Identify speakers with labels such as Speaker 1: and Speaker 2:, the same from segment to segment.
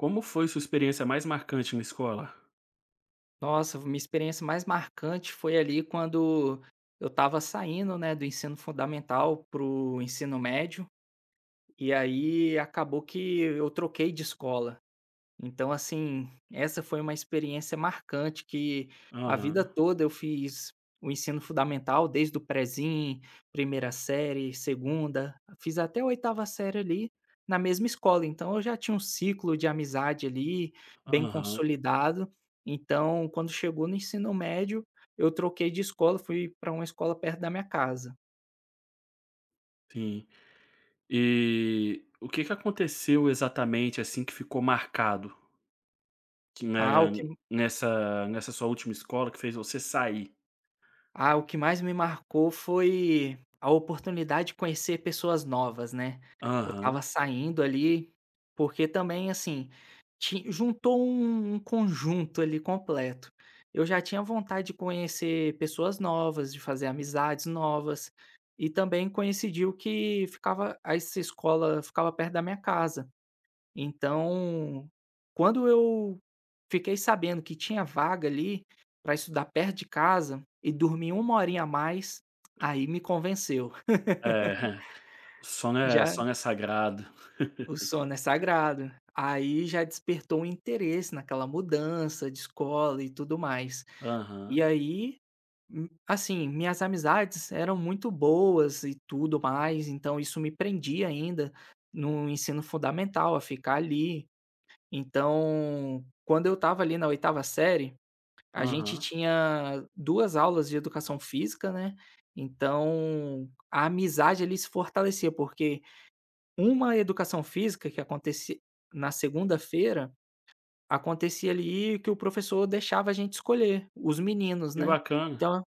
Speaker 1: Como foi sua experiência mais marcante na escola?
Speaker 2: Nossa, minha experiência mais marcante foi ali quando eu estava saindo, né, do ensino fundamental para o ensino médio, e aí acabou que eu troquei de escola. Então, assim, essa foi uma experiência marcante que a vida
Speaker 1: Aham,
Speaker 2: toda eu fiz o ensino fundamental, desde o prezinho, primeira série, segunda, fiz até a oitava série ali na mesma escola. Então, eu já tinha um ciclo de amizade ali bem
Speaker 1: aham,
Speaker 2: consolidado. Então, quando chegou no ensino médio, eu troquei de escola, fui para uma escola perto da minha casa.
Speaker 1: sim. E o que que aconteceu exatamente, assim, que ficou marcado que
Speaker 2: Ah, o
Speaker 1: na
Speaker 2: que
Speaker 1: nessa sua última escola que fez você sair?
Speaker 2: Ah, o que mais me marcou foi a oportunidade de conhecer pessoas novas, né. Eu estava
Speaker 1: Aham,
Speaker 2: saindo ali, porque também, assim, ti juntou um conjunto ali completo. Eu já tinha vontade de conhecer pessoas novas, de fazer amizades novas, e também coincidiu que ficava essa escola ficava perto da minha casa. Então, quando eu fiquei sabendo que tinha vaga ali para estudar perto de casa e dormir uma horinha a mais, aí me convenceu.
Speaker 1: é, o sono
Speaker 2: Já
Speaker 1: é sagrado.
Speaker 2: o sono é sagrado. Aí já despertou um interesse naquela mudança de escola e tudo mais.
Speaker 1: Aham,
Speaker 2: E aí, assim, minhas amizades eram muito boas e tudo mais, então isso me prendia ainda no ensino fundamental a ficar ali. Então, quando eu estava ali na oitava série, a gente
Speaker 1: aham.
Speaker 2: tinha 2 aulas de educação física, né, então a amizade ali se fortalecia, porque uma educação física que acontecia na segunda-feira, acontecia ali que o professor deixava a gente escolher, os meninos,
Speaker 1: Que
Speaker 2: né.
Speaker 1: bacana.
Speaker 2: Então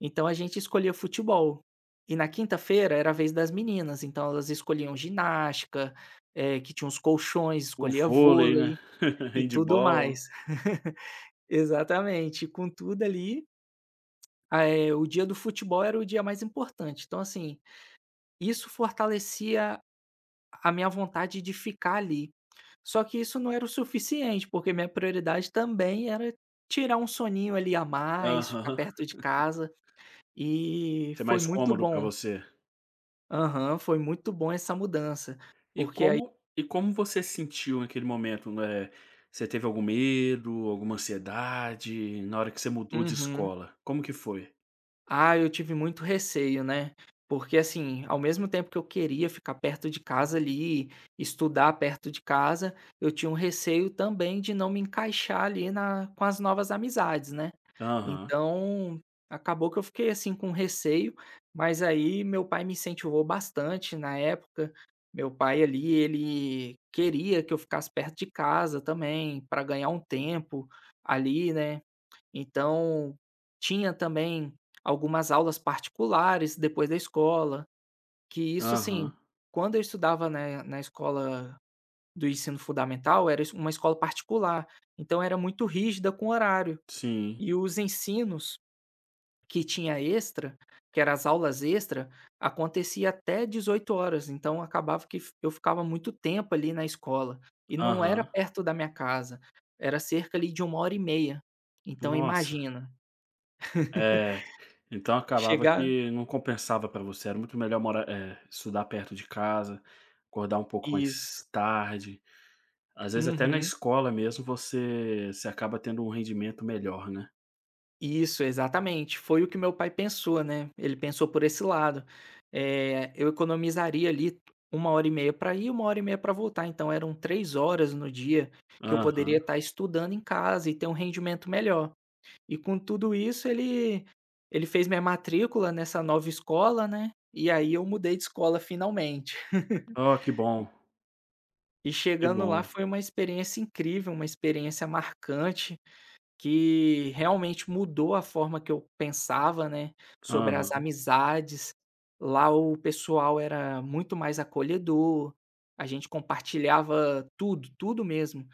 Speaker 2: então a gente escolhia futebol. E na quinta-feira era a vez das meninas, então elas escolhiam ginástica, que tinha uns colchões,
Speaker 1: O
Speaker 2: escolhia
Speaker 1: vôlei, né,
Speaker 2: vôlei. E tudo mais.
Speaker 1: handebol.
Speaker 2: Exatamente, com tudo ali, o dia do futebol era o dia mais importante, então assim, isso fortalecia a minha vontade de ficar ali. Só que isso não era o suficiente, porque minha prioridade também era tirar um soninho ali a mais, ficar
Speaker 1: Aham.
Speaker 2: perto de casa, e
Speaker 1: Isso é
Speaker 2: foi
Speaker 1: mais
Speaker 2: muito
Speaker 1: cômodo pra
Speaker 2: bom.
Speaker 1: você.
Speaker 2: Aham, foi muito bom essa mudança,
Speaker 1: E
Speaker 2: porque aí...
Speaker 1: como e como você se sentiu naquele momento, né, você teve algum medo, alguma ansiedade, na hora que você mudou de
Speaker 2: Uhum.
Speaker 1: escola, como que foi?
Speaker 2: Ah, eu tive muito receio, né. Porque, assim, ao mesmo tempo que eu queria ficar perto de casa ali, estudar perto de casa, eu tinha um receio também de não me encaixar ali na, com as novas amizades, né.
Speaker 1: Aham,
Speaker 2: Então, acabou que eu fiquei, assim, com receio, mas aí meu pai me incentivou bastante na época. Meu pai ali, ele queria que eu ficasse perto de casa também, para ganhar um tempo ali, né. Então, tinha também algumas aulas particulares depois da escola, que isso
Speaker 1: aham,
Speaker 2: assim, quando eu estudava, né, na escola do ensino fundamental, era es uma escola particular, então era muito rígida com horário.
Speaker 1: sim,
Speaker 2: E os ensinos que tinha extra, que era as aulas extra, acontecia até 18 horas. Então acabava que f eu ficava muito tempo ali na escola, e não era
Speaker 1: aham.
Speaker 2: perto da minha casa, era cerca ali de uma hora e meia. Então
Speaker 1: Nossa,
Speaker 2: imagina,
Speaker 1: é, então acabava
Speaker 2: chegar...
Speaker 1: que não compensava pra você, era muito melhor morar estudar perto de casa, acordar um pouco
Speaker 2: Isso.
Speaker 1: mais tarde, às vezes até na
Speaker 2: Uhum.
Speaker 1: escola mesmo você acaba tendo um rendimento melhor, né.
Speaker 2: Isso, exatamente. Foi o que meu pai pensou, né, ele pensou por esse lado. Eu economizaria ali uma hora e meia para ir, uma hora e meia para voltar, então eram 3 horas no dia que eu poderia
Speaker 1: Aham.
Speaker 2: estar estudando em casa e ter um rendimento melhor. E com tudo isso ele fez minha matrícula nessa nova escola, né, e aí eu mudei de escola finalmente.
Speaker 1: Oh, que bom,
Speaker 2: E
Speaker 1: que
Speaker 2: chegando lá
Speaker 1: bom.
Speaker 2: foi uma experiência incrível, uma experiência marcante, que realmente mudou a forma que eu pensava, né, sobre as
Speaker 1: Aham.
Speaker 2: amizades. Lá o pessoal era muito mais acolhedor, a gente compartilhava tudo, tudo mesmo,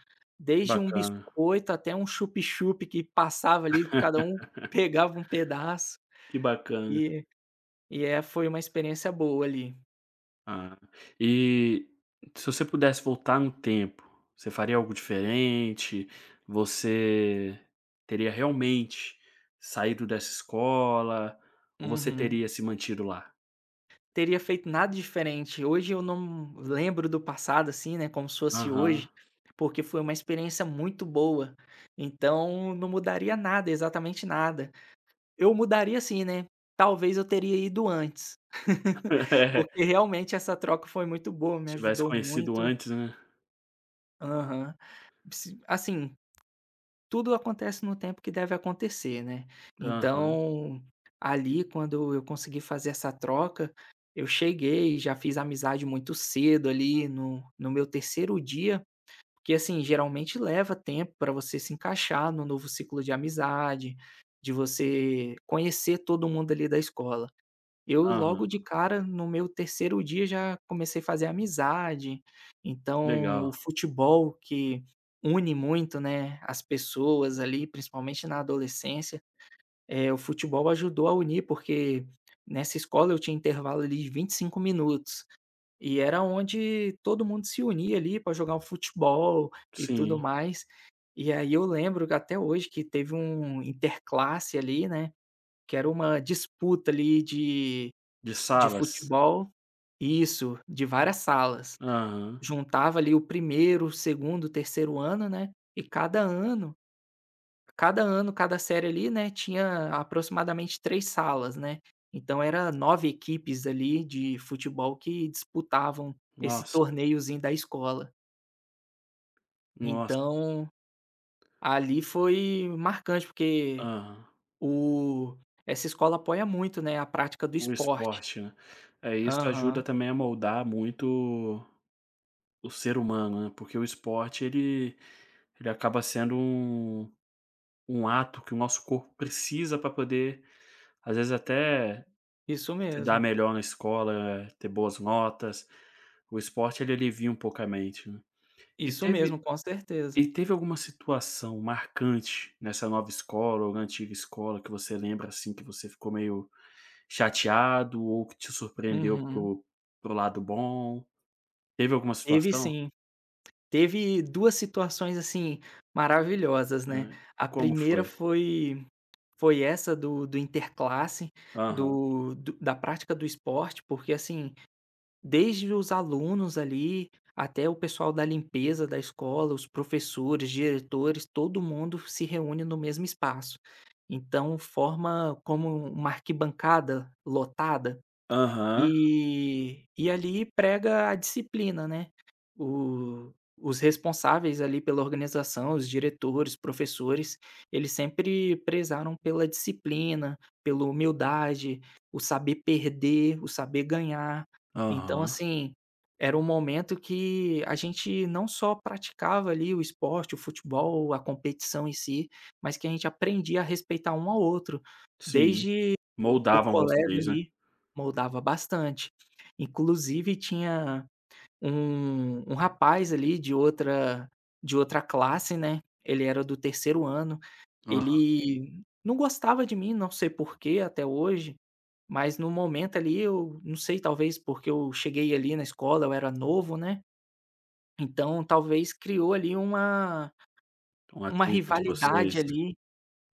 Speaker 1: Que
Speaker 2: desde um
Speaker 1: bacana,
Speaker 2: biscoito até um chup-chup que passava ali, cada um pegava um pedaço,
Speaker 1: que bacana.
Speaker 2: e foi uma experiência boa ali.
Speaker 1: Ah, e se você pudesse voltar no tempo, você faria algo diferente? Você teria realmente saído dessa escola ou você
Speaker 2: Uhum.
Speaker 1: teria se mantido lá?
Speaker 2: Teria feito nada diferente. Hoje eu não lembro do passado, assim, né, como se fosse
Speaker 1: Aham.
Speaker 2: hoje, porque foi uma experiência muito boa. Então, não mudaria nada, exatamente nada. Eu mudaria assim, né, talvez eu teria ido antes,
Speaker 1: É,
Speaker 2: porque realmente essa troca foi muito boa, me
Speaker 1: tivesse
Speaker 2: ajudou
Speaker 1: conhecido
Speaker 2: muito.
Speaker 1: antes, né.
Speaker 2: Aham. Ps, assim, tudo acontece no tempo que deve acontecer, né.
Speaker 1: Aham,
Speaker 2: Então, ali quando eu consegui fazer essa troca, eu cheguei, já fiz amizade muito cedo ali no meu terceiro dia, que assim, geralmente leva tempo para você se encaixar no novo ciclo de amizade, de você conhecer todo mundo ali da escola. Eu logo
Speaker 1: aham.
Speaker 2: de cara, no meu terceiro dia, já comecei a fazer amizade,
Speaker 1: Que
Speaker 2: então o
Speaker 1: legal.
Speaker 2: futebol que une muito, né, as pessoas ali, principalmente na adolescência, o futebol ajudou a unir, porque nessa escola eu tinha intervalo ali de 25 minutos, e era onde todo mundo se unia ali para jogar um futebol e tudo
Speaker 1: Sim,
Speaker 2: mais. E aí eu lembro que até hoje que teve um interclasse ali, né, que era uma disputa ali de
Speaker 1: de salas.
Speaker 2: futebol, isso, de várias salas.
Speaker 1: Aham.
Speaker 2: Juntava ali o primeiro º o 2 o 3 ano, né, e cada ano, cada série ali, né, tinha aproximadamente 3 salas, né. Então era 9 equipes ali de futebol que disputavam esse
Speaker 1: Nossa,
Speaker 2: torneiozinho da escola.
Speaker 1: nossa.
Speaker 2: Então, ali foi marcante, porque
Speaker 1: Aham.
Speaker 2: o essa escola apoia muito, né, a prática do
Speaker 1: O
Speaker 2: esporte.
Speaker 1: esporte, né. É, isso ajuda
Speaker 2: Aham,
Speaker 1: também a moldar muito o ser humano, né, porque o esporte ele acaba sendo um ato que o nosso corpo precisa para poder, às vezes, até
Speaker 2: isso
Speaker 1: se dar
Speaker 2: mesmo,
Speaker 1: melhor na escola, ter boas notas. O esporte ele alivia um pouco a mente, né. E
Speaker 2: isso mesmo,
Speaker 1: teve
Speaker 2: com certeza.
Speaker 1: e teve alguma situação marcante nessa nova escola ou na antiga escola que você lembra, assim, que você ficou meio chateado ou que te surpreendeu
Speaker 2: Uhum.
Speaker 1: pro lado bom? Teve alguma
Speaker 2: Teve
Speaker 1: situação?
Speaker 2: sim. Teve 2 situações, assim, maravilhosas, né.
Speaker 1: Hã,
Speaker 2: A
Speaker 1: como
Speaker 2: primeira
Speaker 1: foi?
Speaker 2: foi, foi essa do interclasse,
Speaker 1: Aham.
Speaker 2: do do da prática do esporte, porque, assim, desde os alunos ali, até o pessoal da limpeza da escola, os professores, diretores, todo mundo se reúne no mesmo espaço. Então forma como uma arquibancada lotada.
Speaker 1: Aham,
Speaker 2: E ali prega a disciplina, né. O, os responsáveis ali pela organização, os diretores, professores, eles sempre prezaram pela disciplina, pela humildade, o saber perder, o saber ganhar. Então,
Speaker 1: aham,
Speaker 2: assim, era um momento que a gente não só praticava ali o esporte, o futebol, a competição em si, mas que a gente aprendia a respeitar um ao outro,
Speaker 1: sim.
Speaker 2: desde o
Speaker 1: Moldavam
Speaker 2: colega
Speaker 1: vocês, né.
Speaker 2: ali. Moldava bastante. Inclusive tinha um rapaz ali de outra, classe, né, ele era do terceiro ano,
Speaker 1: Aham.
Speaker 2: ele não gostava de mim, não sei porquê até hoje, mas no momento ali eu não sei, talvez porque eu cheguei ali na escola, eu era novo, né, então talvez criou ali uma
Speaker 1: Então a treta vocês
Speaker 2: rivalidade ali,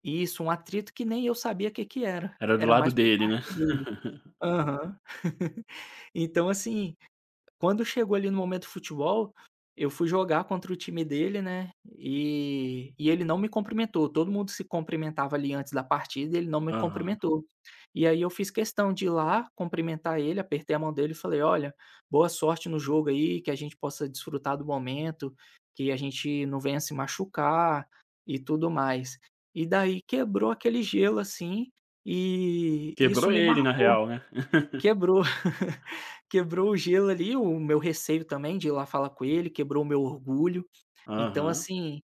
Speaker 2: isso, um atrito que nem eu sabia o que que era,
Speaker 1: era do
Speaker 2: era
Speaker 1: lado
Speaker 2: mais por
Speaker 1: dele, né.
Speaker 2: parte dele. Aham. Então assim, quando chegou ali no momento futebol, eu fui jogar contra o time dele, né, e ele não me cumprimentou. Todo mundo se cumprimentava ali antes da partida e ele não me
Speaker 1: Aham.
Speaker 2: cumprimentou. E aí eu fiz questão de ir lá cumprimentar ele, apertei a mão dele e falei: "Olha, boa sorte no jogo aí, que a gente possa desfrutar do momento, que a gente não venha se machucar e tudo mais". E daí quebrou aquele gelo, assim, e isso
Speaker 1: Quebrou
Speaker 2: me
Speaker 1: ele na
Speaker 2: marcou.
Speaker 1: real, né.
Speaker 2: Quebrou. Quebrou o gelo ali, o meu receio também de ir lá falar com ele, quebrou o meu orgulho. Então,
Speaker 1: Aham.
Speaker 2: assim,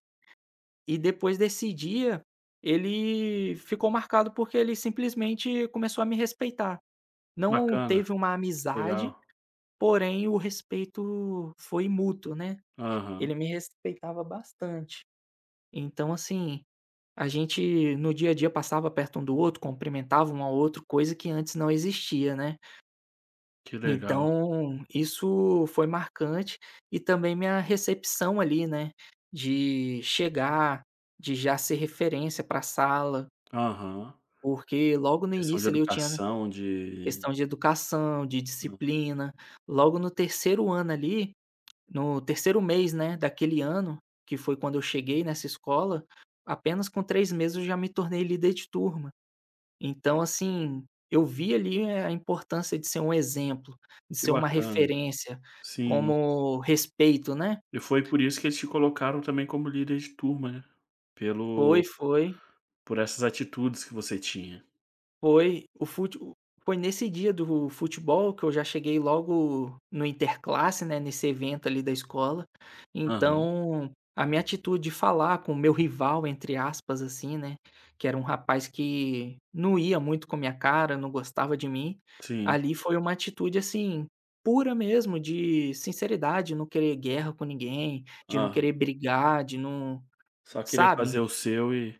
Speaker 2: e depois desse dia, ele ficou marcado porque ele simplesmente começou a me respeitar. Não
Speaker 1: Bacana,
Speaker 2: teve uma amizade,
Speaker 1: legal.
Speaker 2: porém o respeito foi mútuo, né.
Speaker 1: Aham,
Speaker 2: Ele me respeitava bastante. Então, assim, a gente no dia a dia passava perto um do outro, cumprimentava um ao outro, coisa que antes não existia, né.
Speaker 1: que legal.
Speaker 2: Então, isso foi marcante e também minha recepção ali, né, de chegar, de já ser referência para a sala,
Speaker 1: Aham.
Speaker 2: porque logo no
Speaker 1: Questão de
Speaker 2: início ali eu tinha, né,
Speaker 1: educação, de
Speaker 2: questão de educação, de disciplina. Logo no terceiro ano ali, no terceiro mês, né, daquele ano, que foi quando eu cheguei nessa escola, apenas com 3 meses eu já me tornei líder de turma. Então, assim, eu vi ali, a importância de ser um exemplo, de
Speaker 1: que
Speaker 2: ser uma
Speaker 1: bacana.
Speaker 2: referência,
Speaker 1: Sim.
Speaker 2: como respeito, né.
Speaker 1: E foi por isso que eles te colocaram também como líder de turma, né.
Speaker 2: Foi,
Speaker 1: Pelo
Speaker 2: foi.
Speaker 1: Por essas atitudes que você tinha.
Speaker 2: Foi o fute foi nesse dia do futebol que eu já cheguei logo no interclasse, né, nesse evento ali da escola,
Speaker 1: Aham,
Speaker 2: então a minha atitude de falar com o meu "rival", entre aspas, assim, né, que era um rapaz que não ia muito com a minha cara, não gostava de mim,
Speaker 1: sim.
Speaker 2: ali foi uma atitude, assim, pura mesmo de sinceridade, não querer guerra com ninguém, de não
Speaker 1: Aham.
Speaker 2: querer brigar, de não,
Speaker 1: Só querer
Speaker 2: sabe?
Speaker 1: fazer o seu e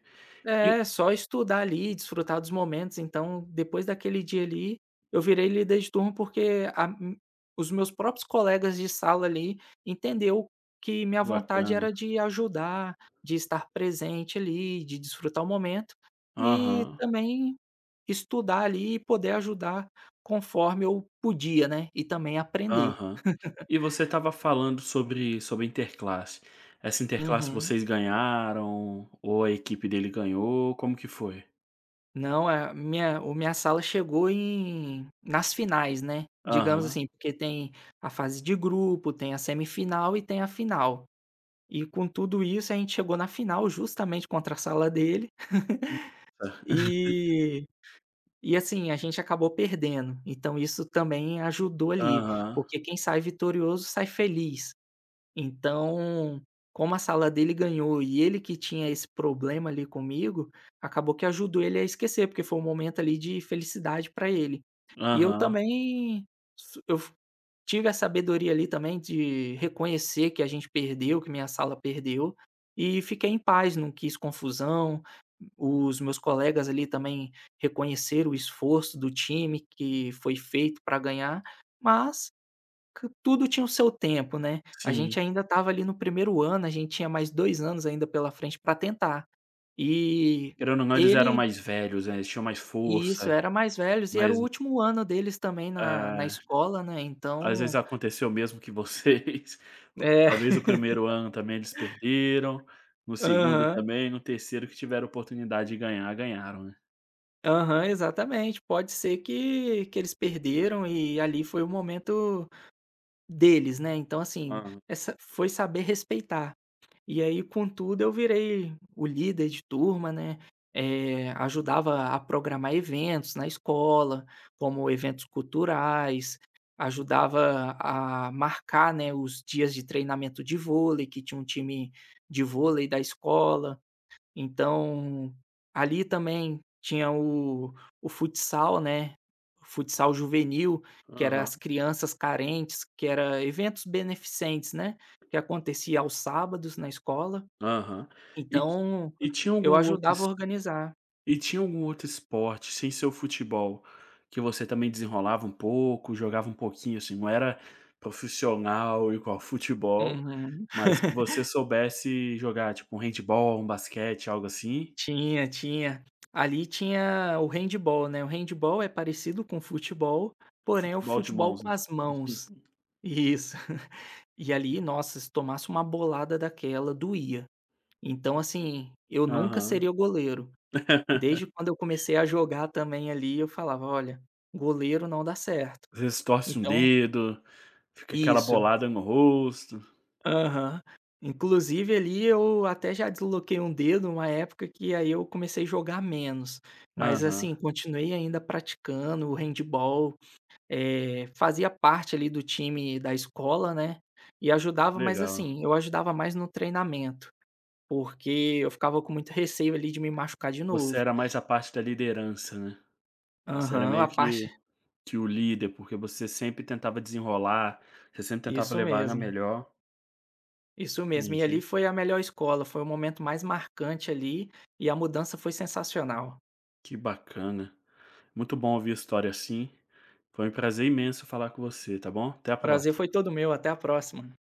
Speaker 1: e
Speaker 2: É, só estudar ali, desfrutar dos momentos, então depois daquele dia ali, eu virei líder de turma porque a m os meus próprios colegas de sala ali entendeu que minha
Speaker 1: que
Speaker 2: vontade
Speaker 1: bacana.
Speaker 2: era de ajudar, de estar presente ali, de desfrutar o momento e
Speaker 1: Aham,
Speaker 2: também estudar ali e poder ajudar conforme eu podia, né, e também aprender.
Speaker 1: aham. E você estava falando sobre interclasse. Essa interclasse
Speaker 2: Uhum.
Speaker 1: vocês ganharam ou a equipe dele ganhou? Como que foi?
Speaker 2: Não, a minha o minha sala chegou em nas finais, né, digamos
Speaker 1: Aham.
Speaker 2: assim, porque tem a fase de grupo, tem a semifinal e tem a final. E com tudo isso, a gente chegou na final justamente contra a sala dele,
Speaker 1: Nossa.
Speaker 2: e e assim, a gente acabou perdendo, então isso também ajudou ali,
Speaker 1: Aham,
Speaker 2: porque quem sai vitorioso sai feliz. Então, como a sala dele ganhou e ele que tinha esse problema ali comigo, acabou que ajudou ele a esquecer, porque foi um momento ali de felicidade para ele. E eu
Speaker 1: aham.
Speaker 2: também su eu f tive a sabedoria ali também de reconhecer que a gente perdeu, que minha sala perdeu, e fiquei em paz, não quis confusão. Os meus colegas ali também reconheceram o esforço do time que foi feito para ganhar, mas que tudo tinha o seu tempo, né. A gente
Speaker 1: Sim.
Speaker 2: ainda estava ali no primeiro ano, a gente tinha mais 2 anos ainda pela frente para tentar. E
Speaker 1: Querendo ou não, eles eram
Speaker 2: ele
Speaker 1: mais velhos, né, eles tinham mais
Speaker 2: isso,
Speaker 1: força.
Speaker 2: era mais velhos e era o
Speaker 1: Mas
Speaker 2: último ano deles também na
Speaker 1: é,
Speaker 2: escola, né,
Speaker 1: às vezes
Speaker 2: então
Speaker 1: aconteceu mesmo que vocês.
Speaker 2: é,
Speaker 1: Talvez o primeiro ano também eles perderam, no segundo
Speaker 2: aham,
Speaker 1: também, no terceiro que tiveram oportunidade de ganhar, ganharam, né.
Speaker 2: aham, exatamente. Pode ser que eles perderam e ali foi o momento deles, né, então assim,
Speaker 1: Hã.
Speaker 2: essa foi saber respeitar. E aí, contudo, eu virei o líder de turma, né, ajudava a programar eventos na escola, como eventos culturais, ajudava a marcar, né, os dias de treinamento de vôlei, que tinha um time de vôlei da escola. Então, ali também tinha o futsal, né, o futsal juvenil, que era
Speaker 1: Aham,
Speaker 2: as crianças carentes, que era eventos beneficentes, né, que acontecia aos sábados na escola,
Speaker 1: aham. E ti
Speaker 2: então
Speaker 1: e tinha
Speaker 2: eu
Speaker 1: algum outro
Speaker 2: ajudava
Speaker 1: es
Speaker 2: a organizar.
Speaker 1: e tinha algum outro esporte, sem ser o futebol, que você também desenrolava um pouco, jogava um pouquinho, assim, não era profissional igual futebol,
Speaker 2: Uhum.
Speaker 1: mas que você soubesse jogar, tipo um handebol, um basquete, algo assim?
Speaker 2: Tinha, tinha. Ali tinha o handball, né, o handball é parecido com o futebol, porém é o
Speaker 1: Futebol de
Speaker 2: futebol
Speaker 1: mãos,
Speaker 2: com
Speaker 1: né.
Speaker 2: as mãos. Isso. E ali, nossa, se tomasse uma bolada daquela, doía. Então, assim, eu nunca
Speaker 1: Aham.
Speaker 2: seria o goleiro. Desde quando eu comecei a jogar também ali, eu falava: "Olha, goleiro não dá certo".
Speaker 1: Às vezes torce um
Speaker 2: Então
Speaker 1: dedo, fica aquela
Speaker 2: isso.
Speaker 1: bolada no rosto.
Speaker 2: Aham. Inclusive ali eu até já desloquei um dedo uma época que aí eu comecei a jogar menos, mas
Speaker 1: Aham,
Speaker 2: assim, continuei ainda praticando o handball, fazia parte ali do time da escola, né, e
Speaker 1: que
Speaker 2: ajudava, mas
Speaker 1: legal.
Speaker 2: assim, eu ajudava mais no treinamento, porque eu ficava com muito receio ali de me machucar de
Speaker 1: Você
Speaker 2: novo.
Speaker 1: era mais a parte da liderança, né. Você era
Speaker 2: Aham, a
Speaker 1: meio
Speaker 2: parte,
Speaker 1: que o líder, porque você sempre tentava desenrolar, você sempre tentava
Speaker 2: isso
Speaker 1: levar na
Speaker 2: mesmo,
Speaker 1: melhor.
Speaker 2: isso mesmo. E ali
Speaker 1: Entendi.
Speaker 2: foi a melhor escola, foi o momento mais marcante ali, e a mudança foi sensacional.
Speaker 1: Que bacana. Muito bom ouvir a história assim. Foi um prazer imenso falar com você, tá bom? Até a
Speaker 2: Prazer foi
Speaker 1: próxima.
Speaker 2: todo meu, até a próxima.